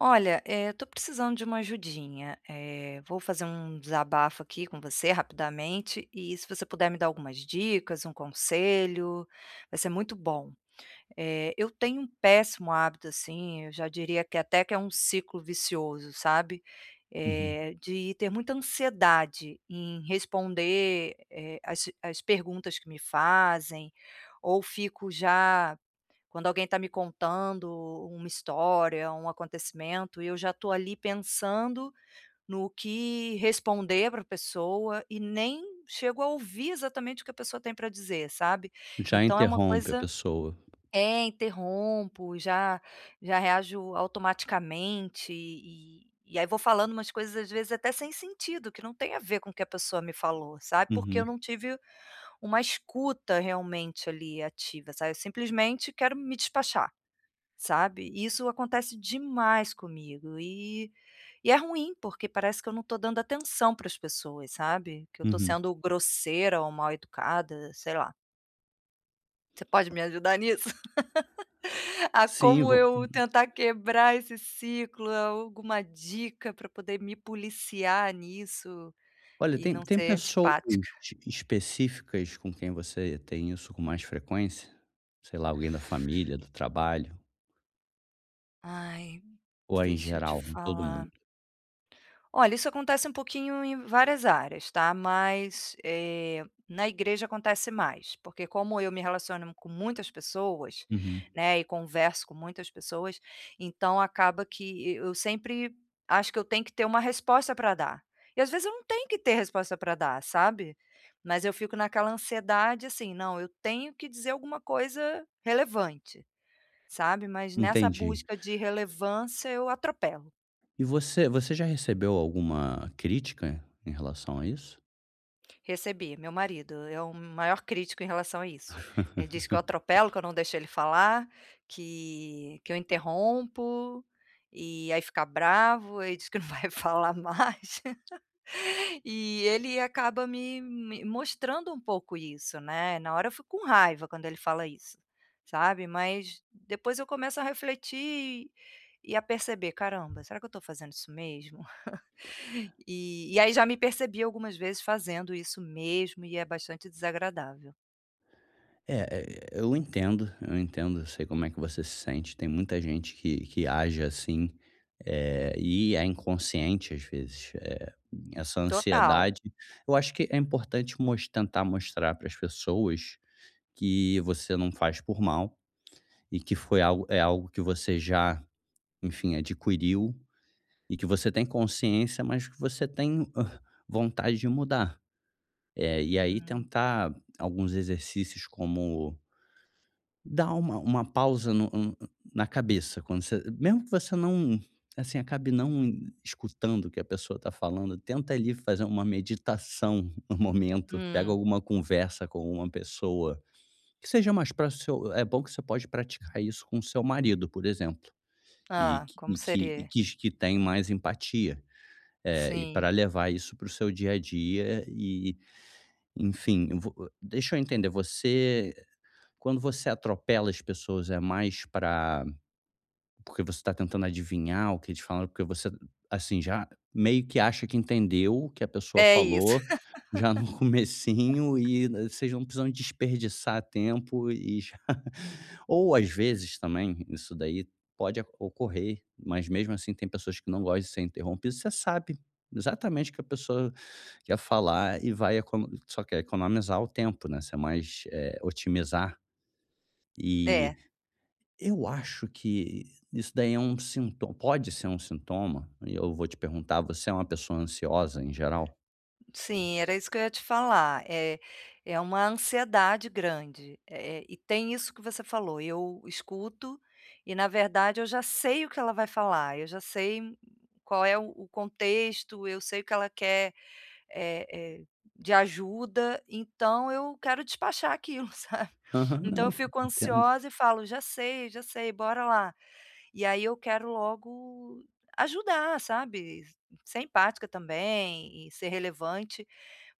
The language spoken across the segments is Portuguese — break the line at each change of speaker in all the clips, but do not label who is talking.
Olha, eu tô precisando de uma ajudinha. Vou fazer um desabafo aqui com você rapidamente e se você puder me dar algumas dicas, um conselho, vai ser muito bom. Eu tenho um péssimo hábito, assim, eu já diria que até que é um ciclo vicioso, sabe?
Uhum.
De ter muita ansiedade em responder, as perguntas que me fazem, ou fico já quando alguém está me contando uma história, um acontecimento, e eu já estou ali pensando no que responder para a pessoa e nem chego a ouvir exatamente o que a pessoa tem para dizer, sabe.
Já
Então é uma
interrompe a
coisa,
pessoa.
é, interrompo, já reajo automaticamente e aí vou falando umas coisas, às vezes, até sem sentido, que não tem a ver com o que a pessoa me falou, sabe, porque eu
Uhum,
não tive uma escuta realmente ali ativa, sabe, eu simplesmente quero me despachar. Sabe, e isso acontece demais comigo e é ruim, porque parece que eu não estou dando atenção para as pessoas, sabe, que eu estou
uhum.
sendo grosseira ou mal educada, sei lá. Você pode me ajudar nisso? A
Sim,
como
vão
eu tentar quebrar esse ciclo, alguma dica para poder me policiar nisso
olha,
e
tem
não ser
pessoas
antipática?
específicas com quem você tem isso com mais frequência? Sei lá, alguém da família, do trabalho,
Ai,
ou é em
deixa eu te
geral, com todo mundo?
falar. Olha, isso acontece um pouquinho em várias áreas, tá, mas, na igreja acontece mais, porque como eu me relaciono com muitas pessoas,
Uhum,
né, e converso com muitas pessoas, então acaba que eu sempre acho que eu tenho que ter uma resposta para dar. E às vezes eu não tenho que ter resposta para dar, sabe, mas eu fico naquela ansiedade, assim: "Não, eu tenho que dizer alguma coisa relevante", sabe, mas nessa
entendi.
busca de relevância eu atropelo.
E você já recebeu alguma crítica em relação a isso?
Recebi, meu marido é o maior crítico em relação a isso. Ele diz que eu atropelo, que eu não deixo ele falar, que eu interrompo, e aí fica bravo, aí diz que não vai falar mais. E ele acaba me mostrando um pouco isso, né, na hora eu fico com raiva quando ele fala isso, sabe, mas depois eu começo a refletir e a perceber: "Caramba, será que eu estou fazendo isso mesmo?" E aí já me percebi algumas vezes fazendo isso mesmo e é bastante desagradável.
É, é, eu entendo, eu entendo, eu sei como é que você se sente. Tem muita gente que age assim, e é inconsciente às vezes. Essa
Total.
ansiedade. Eu acho que é importante tentar mostrar para as pessoas que você não faz por mal e que foi algo, é algo que você já, enfim, adquiriu e que você tem consciência, mas que você tem vontade de mudar. E aí
Uhum.
tentar alguns exercícios como dá uma pausa no no na cabeça quando você, mesmo que você não, assim, acabe não escutando o que a pessoa está falando, tenta ali fazer uma meditação no momento, pega
Hum.
alguma conversa com uma pessoa que seja mais para o seu, é bom que você pode praticar isso com o seu marido, por exemplo, e
Hã,
que
como
e que e
seria?
que que tem mais empatia, e
Sim,
para levar isso para o seu dia a dia e, enfim, vo deixa eu entender, você quando você atropela as pessoas, é mais para, porque você está tentando adivinhar o que eles falaram, porque você, assim, já meio que acha que entendeu o que a pessoa
é isso.
falou, já no comecinho, e, né, vocês não precisam desperdiçar tempo e já, ou às vezes também, isso daí pode ocorrer, mas mesmo assim tem pessoas que não gostam de ser interrompidas, você sabe exatamente o que a pessoa quer falar e vai econo só quer economizar o tempo, né, você é mais, otimizar. E
É,
eu acho que isso daí é um sinto pode ser um sintoma, e eu vou te perguntar: você é uma pessoa ansiosa em geral?
sim, era isso que eu ia te falar. É uma ansiedade grande, e tem isso que você falou, eu escuto e, na verdade, eu já sei o que ela vai falar, eu já sei qual é o contexto, eu sei o que ela quer eh eh, de ajuda, então eu quero despachar aquilo, sabe.
Aham,
Então eu
não,
fico
entendo.
ansiosa e falo: já sei, bora lá". E aí eu quero logo ajudar, sabe, ser empática também e ser relevante,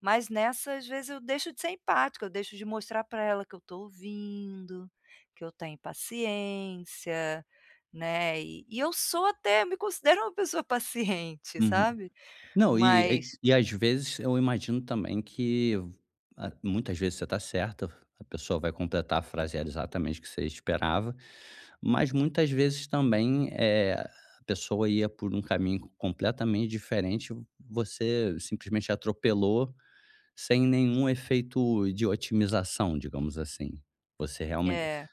mas nessa, às vezes, eu deixo de ser empática, eu deixo de mostrar para ela que eu estou ouvindo, que eu tenho paciência, né, e eu sou até eu me considero uma pessoa paciente,
Uhum.
sabe.
Não, e e
Mas
e às vezes eu imagino também que a muitas vezes você está certa, a pessoa vai completar a frase exatamente que você esperava, mas muitas vezes também, a pessoa ia por um caminho completamente diferente, você simplesmente atropelou. Sem nenhum efeito de otimização, digamos assim. Você
é,
realmente
é.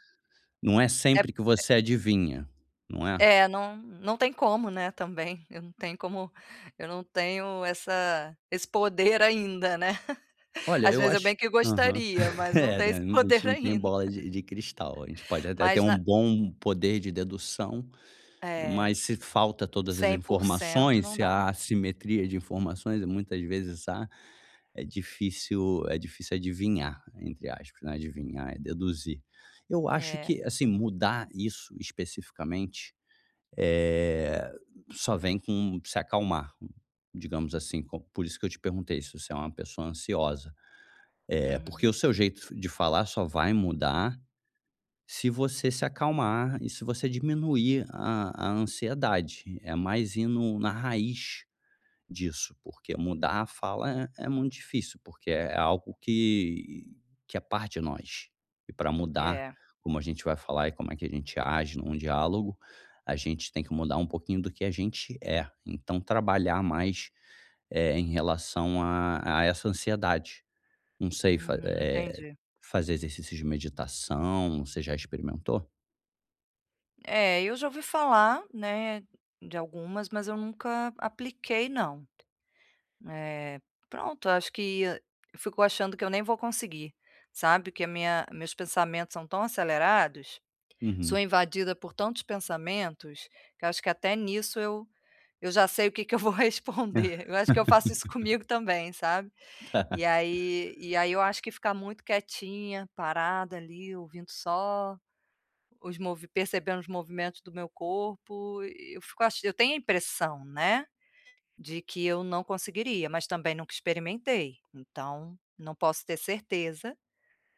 não é sempre que você adivinha, não é?
É, não tem como, né, também, eu não tenho como eu não tenho essa esse poder ainda, né.
Olha,
Às
eu
vezes eu
acho,
bem que
aham.
gostaria, mas não
É,
tenho esse
né, a gente
poder
não tem
ainda.
bola de cristal. A gente pode até ter
Mas
um
na
bom poder de dedução,
é,
mas se falta todas as
100%
informações,
não
se
dá.
há assimetria de informações, e muitas vezes há, é difícil, é difícil "adivinhar", entre aspas, né, adivinhar é deduzir. Eu acho
É,
que, assim, mudar isso especificamente, eh, só vem com se acalmar, digamos assim. Por isso que eu te perguntei se você é uma pessoa ansiosa. É
uhum,
porque o seu jeito de falar só vai mudar se você se acalmar e se você diminuir a ansiedade. É mais ir na raiz disso, porque mudar a fala é muito difícil, porque é algo que é parte de nós. E para mudar
é,
como a gente vai falar e como é que a gente age num diálogo, a gente tem que mudar um pouquinho do que a gente é. Então trabalhar mais, em relação a essa ansiedade. Não sei,
uhum, entendi.
fazer exercícios de meditação, você já experimentou?
É, eu já ouvi falar, né, de algumas, mas eu nunca apliquei não. É, pronto, acho que eu fico achando que eu nem vou conseguir, sabe, que a minha meus pensamentos são tão acelerados. Sou
Uhum.
invadida por tantos pensamentos, que acho que até nisso eu já sei o que que eu vou responder. Eu acho que eu faço isso comigo também, sabe. E
Tá.
aí e aí eu acho que ficar muito quietinha, parada ali, ouvindo só os movi percebendo os movimentos do meu corpo, eu fico ach eu tenho a impressão, né, de que eu não conseguiria, mas também nunca experimentei, então não posso ter certeza,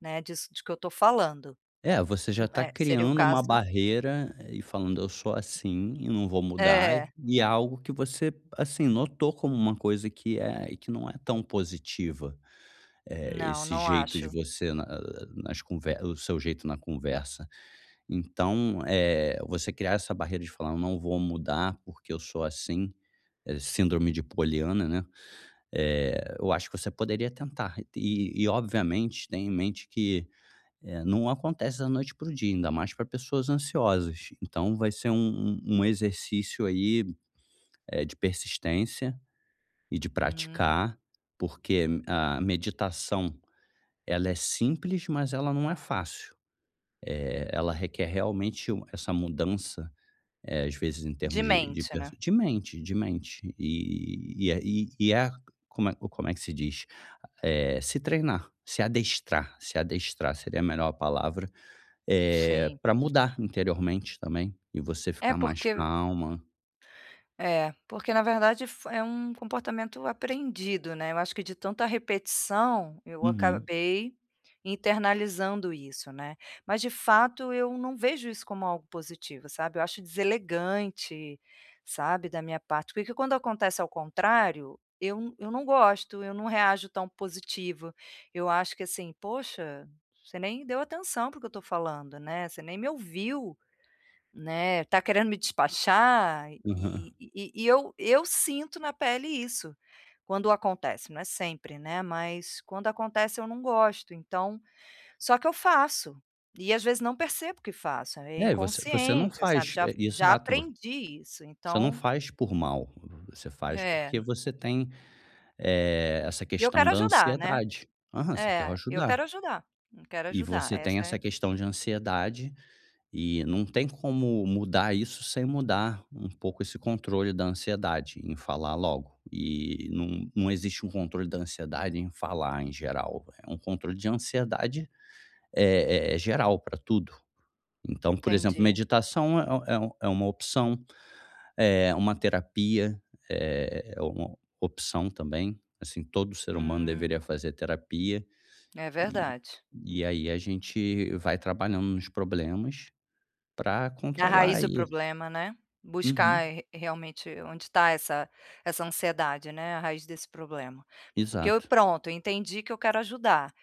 né, disso de que eu estou falando.
É, você já está
É, seria o
criando uma
caso
barreira, e falando: "Eu sou assim e não vou mudar",
é,
e é algo que você, assim, notou como uma coisa que é que não é tão positiva,
não,
esse
não
jeito de
acho.
você na nas conversas, o seu jeito na conversa. Então, você criar essa barreira de falar: "Eu não vou mudar porque eu sou assim", síndrome de Poliana, né, eu acho que você poderia tentar. E obviamente tenha em mente que é, não acontece da noite para o dia, ainda mais para pessoas ansiosas. Então, vai ser um exercício aí, de persistência e de
Uhum.
praticar, porque a meditação, ela é simples, mas ela não é fácil. Ela requer realmente essa mudança, às vezes em
De
termos
mente, né.
de mente, de mente. Como é, como é que se diz? Se treinar, se adestrar, se adestrar seria a melhor palavra.
Sim.
Pra mudar interiormente também, e você
É
ficar mais
porque
calma.
é, porque na verdade fo é um comportamento aprendido, né, eu acho que de tanta repetição, eu
Uhum,
acabei internalizando isso, né. Mas de fato eu não vejo isso como algo positivo, sabe, eu acho deselegante, sabe, da minha parte, porque quando acontece ao contrário, eu não gosto, eu não reajo tão positivo, eu acho que assim: "Poxa, você nem deu atenção para o que eu estou falando, né, você nem me ouviu". Né, tá querendo me despachar
aham.
e eu sinto na pele isso, quando acontece, não é sempre, né, mas quando acontece eu não gosto, então só que eu faço, e às vezes não percebo que faço, é
É, você você não
inconsciente, sabe,
faz,
já
é,
já
exato, vo
aprendi isso,
você não
então
faz por mal, você faz
é,
porque você tem, essa
e eu
questão
quero
da
ajudar, né.
ansiedade. Aham, você quer
É,
ajudar.
eu quero
E
ajudar,
você tem
essa
essa
é
questão de ansiedade, e não tem como mudar isso sem mudar um pouco esse controle da ansiedade em falar logo. E não, não existe um controle da ansiedade em falar em geral. É um controle de ansiedade, é, é geral para tudo. Então, por exemplo,
entendi.
meditação, é, é uma opção, é uma terapia, é, é uma opção também. Assim, todo ser humano
Hum,
deveria fazer terapia,
é
e,
verdade.
e aí a gente vai trabalhando nos problemas para
Na raiz
controlar.
do problema, né, buscar
Uhum,
re realmente onde está essa ansiedade, né, a raiz desse problema. Porque eu
exato.
pronto, eu entendi que eu quero ajudar,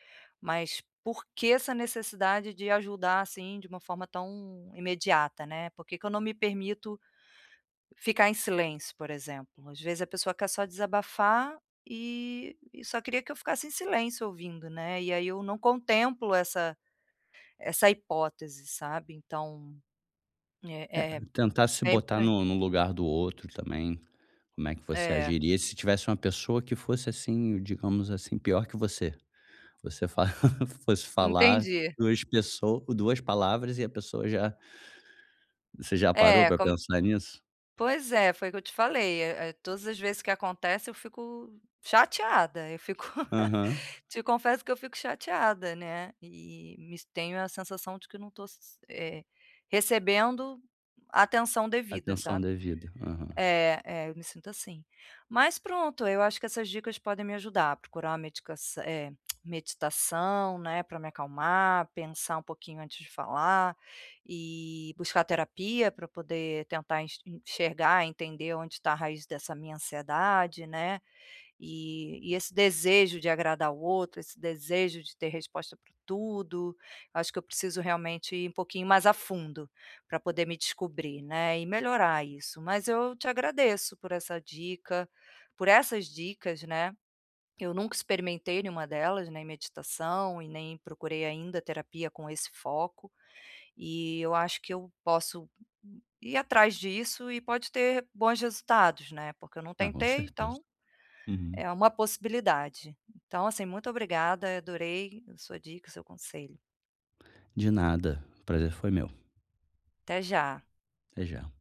mas por que essa necessidade de ajudar, assim, de uma forma tão imediata, né. Por que que eu não me permito ficar em silêncio, por exemplo? Às vezes a pessoa quer só desabafar e só queria que eu ficasse em silêncio ouvindo, né, e aí eu não contemplo essa hipótese, sabe. Então,
É,
é
tentar se
bem por
botar
aí.
no lugar do outro também, como é que você
É,
agiria se tivesse uma pessoa que fosse assim, digamos assim, pior que você. Você fa fosse falar
entendi.
2 pessoas 2 palavras e a pessoa já, você já parou
É,
pra
como
pensar nisso?
pois é, foi o que eu te falei, todas as vezes que acontece eu fico chateada, eu fico
Aham.
te confesso que eu fico chateada, né, e me tenho a sensação de que não estou recebendo a atenção devida,
Atenção
sabe.
devida. Aham.
É, é, eu me sinto assim. Mas pronto, eu acho que essas dicas podem me ajudar a procurar uma medicaçã meditação, né, para me acalmar, pensar um pouquinho antes de falar e buscar terapia para poder tentar enxergar, entender onde está a raiz dessa minha ansiedade, né, e esse desejo de agradar o outro, esse desejo de ter resposta para tudo, acho que eu preciso realmente ir um pouquinho mais a fundo para poder me descobrir, né, e melhorar isso. Mas eu te agradeço por essa dica, por essas dicas, né. Eu nunca experimentei nenhuma delas, nem meditação e nem procurei ainda terapia com esse foco, e eu acho que eu posso ir atrás disso e pode ter bons resultados, né, porque eu não
Ah, com
tentei,
certeza.
então
Uhum.
é uma possibilidade. Então, assim, muito obrigada, adorei a sua dica, o seu conselho.
De nada, o prazer foi meu.
Até já.
Até já.